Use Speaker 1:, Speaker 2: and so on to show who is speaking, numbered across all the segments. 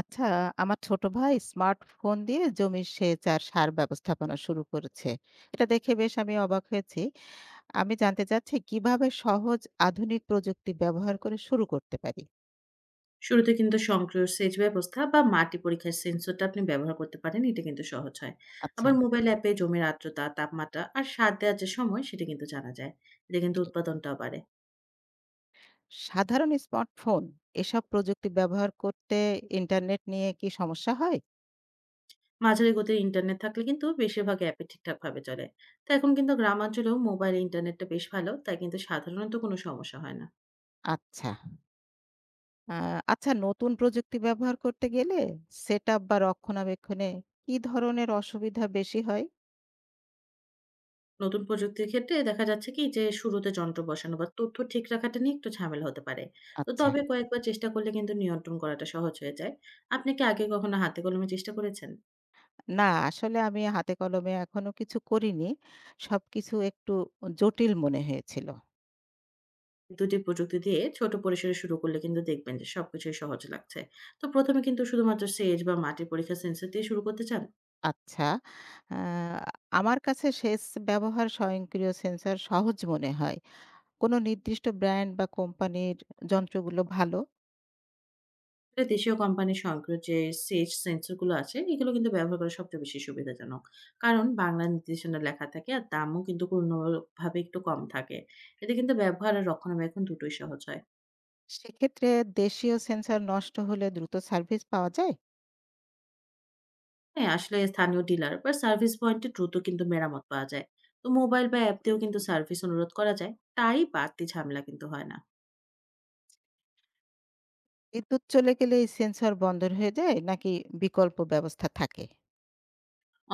Speaker 1: আচ্ছা, আমার ছোট ভাই স্মার্টফোন দিয়ে জমির সেচ আর সার ব্যবস্থাপনা শুরু করেছে। এটা দেখে বেশ আমি অবাক হয়েছি। আমি জানতে চাচ্ছি কিভাবে সহজ আধুনিক প্রযুক্তি ব্যবহার করে শুরু করতে পারি?
Speaker 2: শুরুতে কিন্তু সংক্রিয় সেচ ব্যবস্থা বা মাটি পরীক্ষার সেন্সরটা আপনি ব্যবহার করতে পারেন এটা কিন্তু সহজ হয়।
Speaker 1: আচ্ছা।
Speaker 2: আবার মোবাইল অ্যাপে জমির আর্দ্রতা তাপমাত্রা আর সার দেওয়ার যে সময় সেটা কিন্তু জানা যায়। এটা কিন্তু
Speaker 1: জি।
Speaker 2: উৎপাদনটাও বাড়ে।
Speaker 1: সাধারণ স্মার্টফোন এসব প্রযুক্তি ব্যবহার করতে ইন্টারনেট নিয়ে কি সমস্যা হয়?
Speaker 2: মাঝারি গতির ইন্টারনেট থাকলে কিন্তু বেশিরভাগ অ্যাপে ঠিকঠাক ভাবে চলে। তো এখন কিন্তু গ্রামাঞ্চলেও মোবাইল ইন্টারনেটটা বেশ ভালো, তাই কিন্তু সাধারণত কোনো সমস্যা হয় না।
Speaker 1: আচ্ছা। আ আচ্ছা, নতুন প্রযুক্তি ব্যবহার করতে গেলে সেটআপ বা রক্ষণাবেক্ষণে কি ধরনের অসুবিধা বেশি হয়?
Speaker 2: নতুন প্রযুক্তির ক্ষেত্রে দেখা যাচ্ছে কি যে শুরুতে যন্ত্র বসানো বা তথ্য ঠিক রাখাটা নিয়ে একটু ঝামেলা হতে পারে। তো
Speaker 1: আচ্ছা।
Speaker 2: তবে কয়েকবার চেষ্টা করলে কিন্তু নিয়ন্ত্রণ করাটা সহজ হয়ে যায়। আপনি কি আগে কখনো হাতে কলমে চেষ্টা করেছেন?
Speaker 1: না, আসলে আমি হাতে কলমে এখনো কিছু করিনি। সবকিছু একটু জটিল মনে হয়েছিল।
Speaker 2: ২টি প্রযুক্তি দিয়ে ছোট পরিসরে শুরু করলে কিন্তু দেখবেন যে সবকিছুই সহজ লাগছে। তো ১ম এ কিন্তু শুধুমাত্র সেচ বা মাটির পরীক্ষার সেন্সর দিয়ে শুরু করতে চান?
Speaker 1: আচ্ছা, আ আমার কাছে সেচ ব্যবহার স্বয়ংক্রিয় সেন্সর সহজ মনে হয়। কোনো নির্দিষ্ট ব্র্যান্ড বা কোম্পানির যন্ত্রগুলো ভালো।
Speaker 2: এটা দেশীয় কোম্পানি স্বয়ংক্রিয় যে সেচ সেন্সর গুলো আছে এগুলো কিন্তু ব্যবহার করা সবচেয়ে বেশি সুবিধাজনক। কারণ বাংলা নির্দেশনা লেখা থাকে আর দামও কিন্তু ভাবে একটু কম থাকে। এতে কিন্তু ব্যবহার আর রক্ষণাবেক্ষণ দুটোই সহজ হয়।
Speaker 1: সেক্ষেত্রে দেশীয় সেন্সর নষ্ট হলে দ্রুত সার্ভিস পাওয়া যায়?
Speaker 2: হ্যাঁ, আসলে স্থানীয় ডিলার বা সার্ভিস পয়েন্টে দ্রুত কিন্তু মেরামত পাওয়া যায়। তো মোবাইল বা অ্যাপ দিয়েও কিন্তু সার্ভিস অনুরোধ করা যায়। তাই বাড়তি ঝামেলা কিন্তু হয় না।
Speaker 1: বিদ্যুৎ চলে গেলে এই সেন্সর বন্ধ হয়ে যায় নাকি বিকল্প ব্যবস্থা থাকে?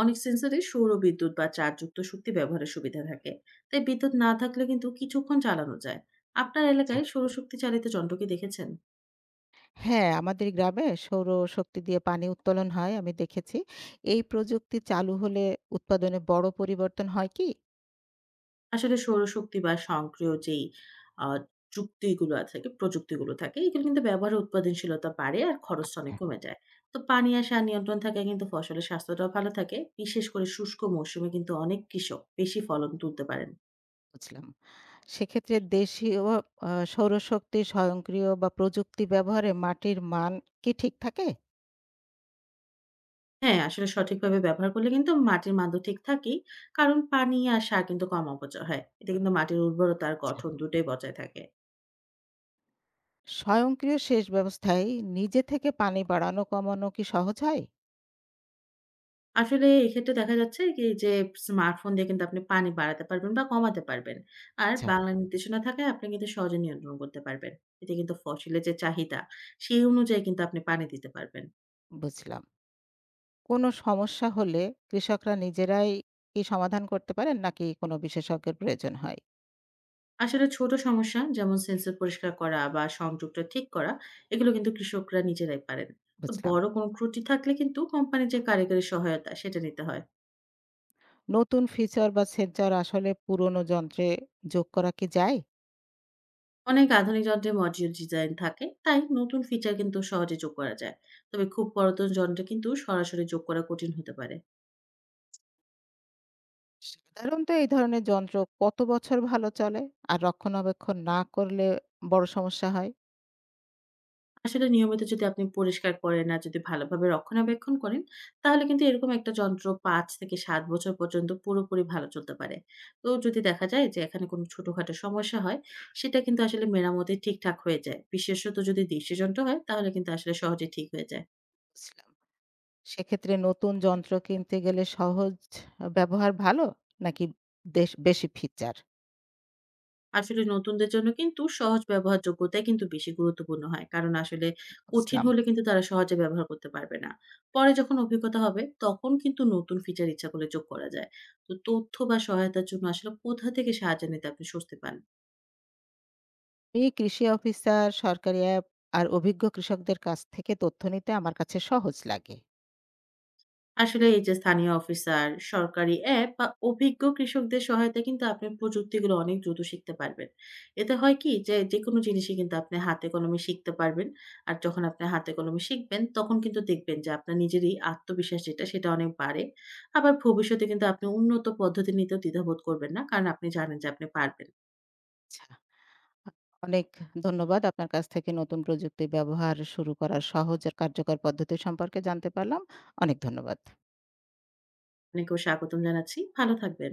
Speaker 2: অনেক সেন্সরে সৌর বিদ্যুৎ বা চার্জযুক্ত শক্তি ব্যবহারের সুবিধা থাকে। তাই বিদ্যুৎ না থাকলে কিন্তু কিছুক্ষণ চালানো যায়। আপনার এলাকায় সৌরশক্তি চালিত যন্ত্র কি দেখেছেন?
Speaker 1: হ্যাঁ, আমাদের গ্রামে সৌরশক্তি দিয়ে পানি উত্তোলন হয় আমি দেখেছি। এই প্রযুক্তি চালু হলে উৎপাদনে বড় পরিবর্তন হয় কি?
Speaker 2: আসলে সৌরশক্তি বা স্বয়ংক্রিয় যেই আ যুক্তিগুলো আছে প্রযুক্তিগুলো থাকে, এগুলো কিন্তু ব্যবহারে উৎপাদনশীলতা বাড়ে আর খরচটা অনেক
Speaker 1: আচ্ছা।
Speaker 2: কমে যায়। তো পানি আর সার নিয়ন্ত্রণ থাকায় কিন্তু ফসলের স্বাস্থ্যটাও ভালো থাকে। বিশেষ করে শুষ্ক মৌসুমে কিন্তু অনেক কৃষক বেশি ফলন তুলতে পারেন।
Speaker 1: বুঝলাম। সেক্ষেত্রে দেশীয় সৌরশক্তি স্বয়ংক্রিয় বা প্রযুক্তি ব্যবহারে মাটির মান কি ঠিক থাকে?
Speaker 2: হ্যাঁ, আসলে সঠিকভাবে ব্যবহার করলে কিন্তু মাটির মানও ঠিক থাকেই। কারণ পানি আর সার কিন্তু কম অপচয় হয়। এতে কিন্তু মাটির উর্বরতা আর
Speaker 1: আচ্ছা।
Speaker 2: গঠন দুটোই বজায় থাকে।
Speaker 1: স্বয়ংক্রিয় সেচ ব্যবস্থায় নিজে থেকে পানি বাড়ানো কমানো কি সহজ হয়?
Speaker 2: আসলে এক্ষেত্রে দেখা যাচ্ছে কি যে স্মার্টফোন দিয়ে কিন্তু আপনি পানি বাড়াতে পারবেন বা কমাতে পারবেন। আর
Speaker 1: আচ্ছা।
Speaker 2: বাংলা নির্দেশনা থাকায় আপনি কিন্তু সহজে নিয়ন্ত্রণ করতে পারবেন। এতে কিন্তু ফসিলের যে চাহিদা, সেই অনুযায়ী কিন্তু আপনি পানি দিতে পারবেন।
Speaker 1: বুঝলাম। কোনো সমস্যা হলে কৃষকরা নিজেরাই কি সমাধান করতে পারেন নাকি কোনো বিশেষজ্ঞের প্রয়োজন হয়?
Speaker 2: আসলে ছোট সমস্যা যেমন সেন্সর পরিষ্কার করা বা সংযোগটা ঠিক করা, এগুলো কিন্তু কৃষকরা নিজেরাই পারেন। তো
Speaker 1: বুঝলাম।
Speaker 2: বড় কোনো ত্রুটি থাকলে কিন্তু কোম্পানির যে কারিগরি সহায়তা সেটা নিতে হয়।
Speaker 1: নতুন ফিচার বা সেন্সর আসলে পুরনো যন্ত্রে যোগ করা কি যায়?
Speaker 2: অনেক আধুনিক যন্ত্রে মডিউল ডিজাইন থাকে, তাই নতুন ফিচার কিন্তু সহজে যোগ করা যায়। তবে খুব পুরাতন যন্ত্রে কিন্তু সরাসরি যোগ করা কঠিন হতে পারে।
Speaker 1: সাধারণত এই ধরনের যন্ত্র কত বছর ভালো চলে আর রক্ষণাবেক্ষণ না করলে বড় সমস্যা হয়?
Speaker 2: আসলে নিয়মিত যদি আপনি পরিষ্কার করেন আর যদি ভালোভাবে রক্ষণাবেক্ষণ করেন, তাহলে কিন্তু এরকম একটা যন্ত্র ৫ থেকে ৭ বছর পর্যন্ত পুরোপুরি ভালো চলতে পারে। তো যদি দেখা যায় যে এখানে কোনো ছোটখাটো সমস্যা হয়, সেটা কিন্তু আসলে মেরামতে ঠিকঠাক হয়ে যায়। বিশেষত যদি দৃষ্টিযন্ত্র হয় তাহলে কিন্তু আসলে সহজে ঠিক হয়ে যায়।
Speaker 1: বুঝলাম। সেক্ষেত্রে নতুন যন্ত্র কিনতে গেলে সহজ ব্যবহার ভালো নাকি দেশ বেশি ফিচার?
Speaker 2: আসলে নতুনদের জন্য কিন্তু সহজ ব্যবহারযোগ্যতাই কিন্তু বেশি গুরুত্বপূর্ণ হয়। কারণ আসলে কঠিন
Speaker 1: বুঝলাম।
Speaker 2: হলে কিন্তু তারা সহজে ব্যবহার করতে পারবে না। পরে যখন অভিজ্ঞতা হবে তখন কিন্তু নতুন ফিচার ইচ্ছা করলে যোগ করা যায়। তো তথ্য বা সহায়তার জন্য আসলে কোথা থেকে সাহায্য নিতে আপনি স্বস্তি পান?
Speaker 1: এই কৃষি অফিসার, সরকারি অ্যাপ আর অভিজ্ঞ কৃষকদের কাছ থেকে তথ্য নিতে আমার কাছে সহজ লাগে।
Speaker 2: আসলে এই যে স্থানীয় অফিসার, সরকারি অ্যাপ বা অভিজ্ঞ কৃষকদের সহায়তায় কিন্তু আপনি প্রযুক্তিগুলো অনেক দ্রুত শিখতে পারবেন। এতে হয় কি যে, যেকোনো জিনিসই কিন্তু আপনি হাতে কলমে শিখতে পারবেন। আর যখন আপনি হাতে কলমে শিখবেন তখন কিন্তু দেখবেন যে আপনার নিজেরই আত্মবিশ্বাস যেটা সেটা অনেক বাড়ে। আবার ভবিষ্যতে কিন্তু আপনি উন্নত পদ্ধতি নিতেও দ্বিধাবোধ করবেন না। কারণ আপনি জানেন যে আপনি পারবেন।
Speaker 1: অনেক ধন্যবাদ। আপনার কাছ থেকে নতুন প্রযুক্তি ব্যবহার শুরু করার সহজ আর কার্যকর পদ্ধতি সম্পর্কে জানতে পারলাম। অনেক ধন্যবাদ।
Speaker 2: আপনাকেও স্বাগতম জানাচ্ছি। ভালো থাকবেন।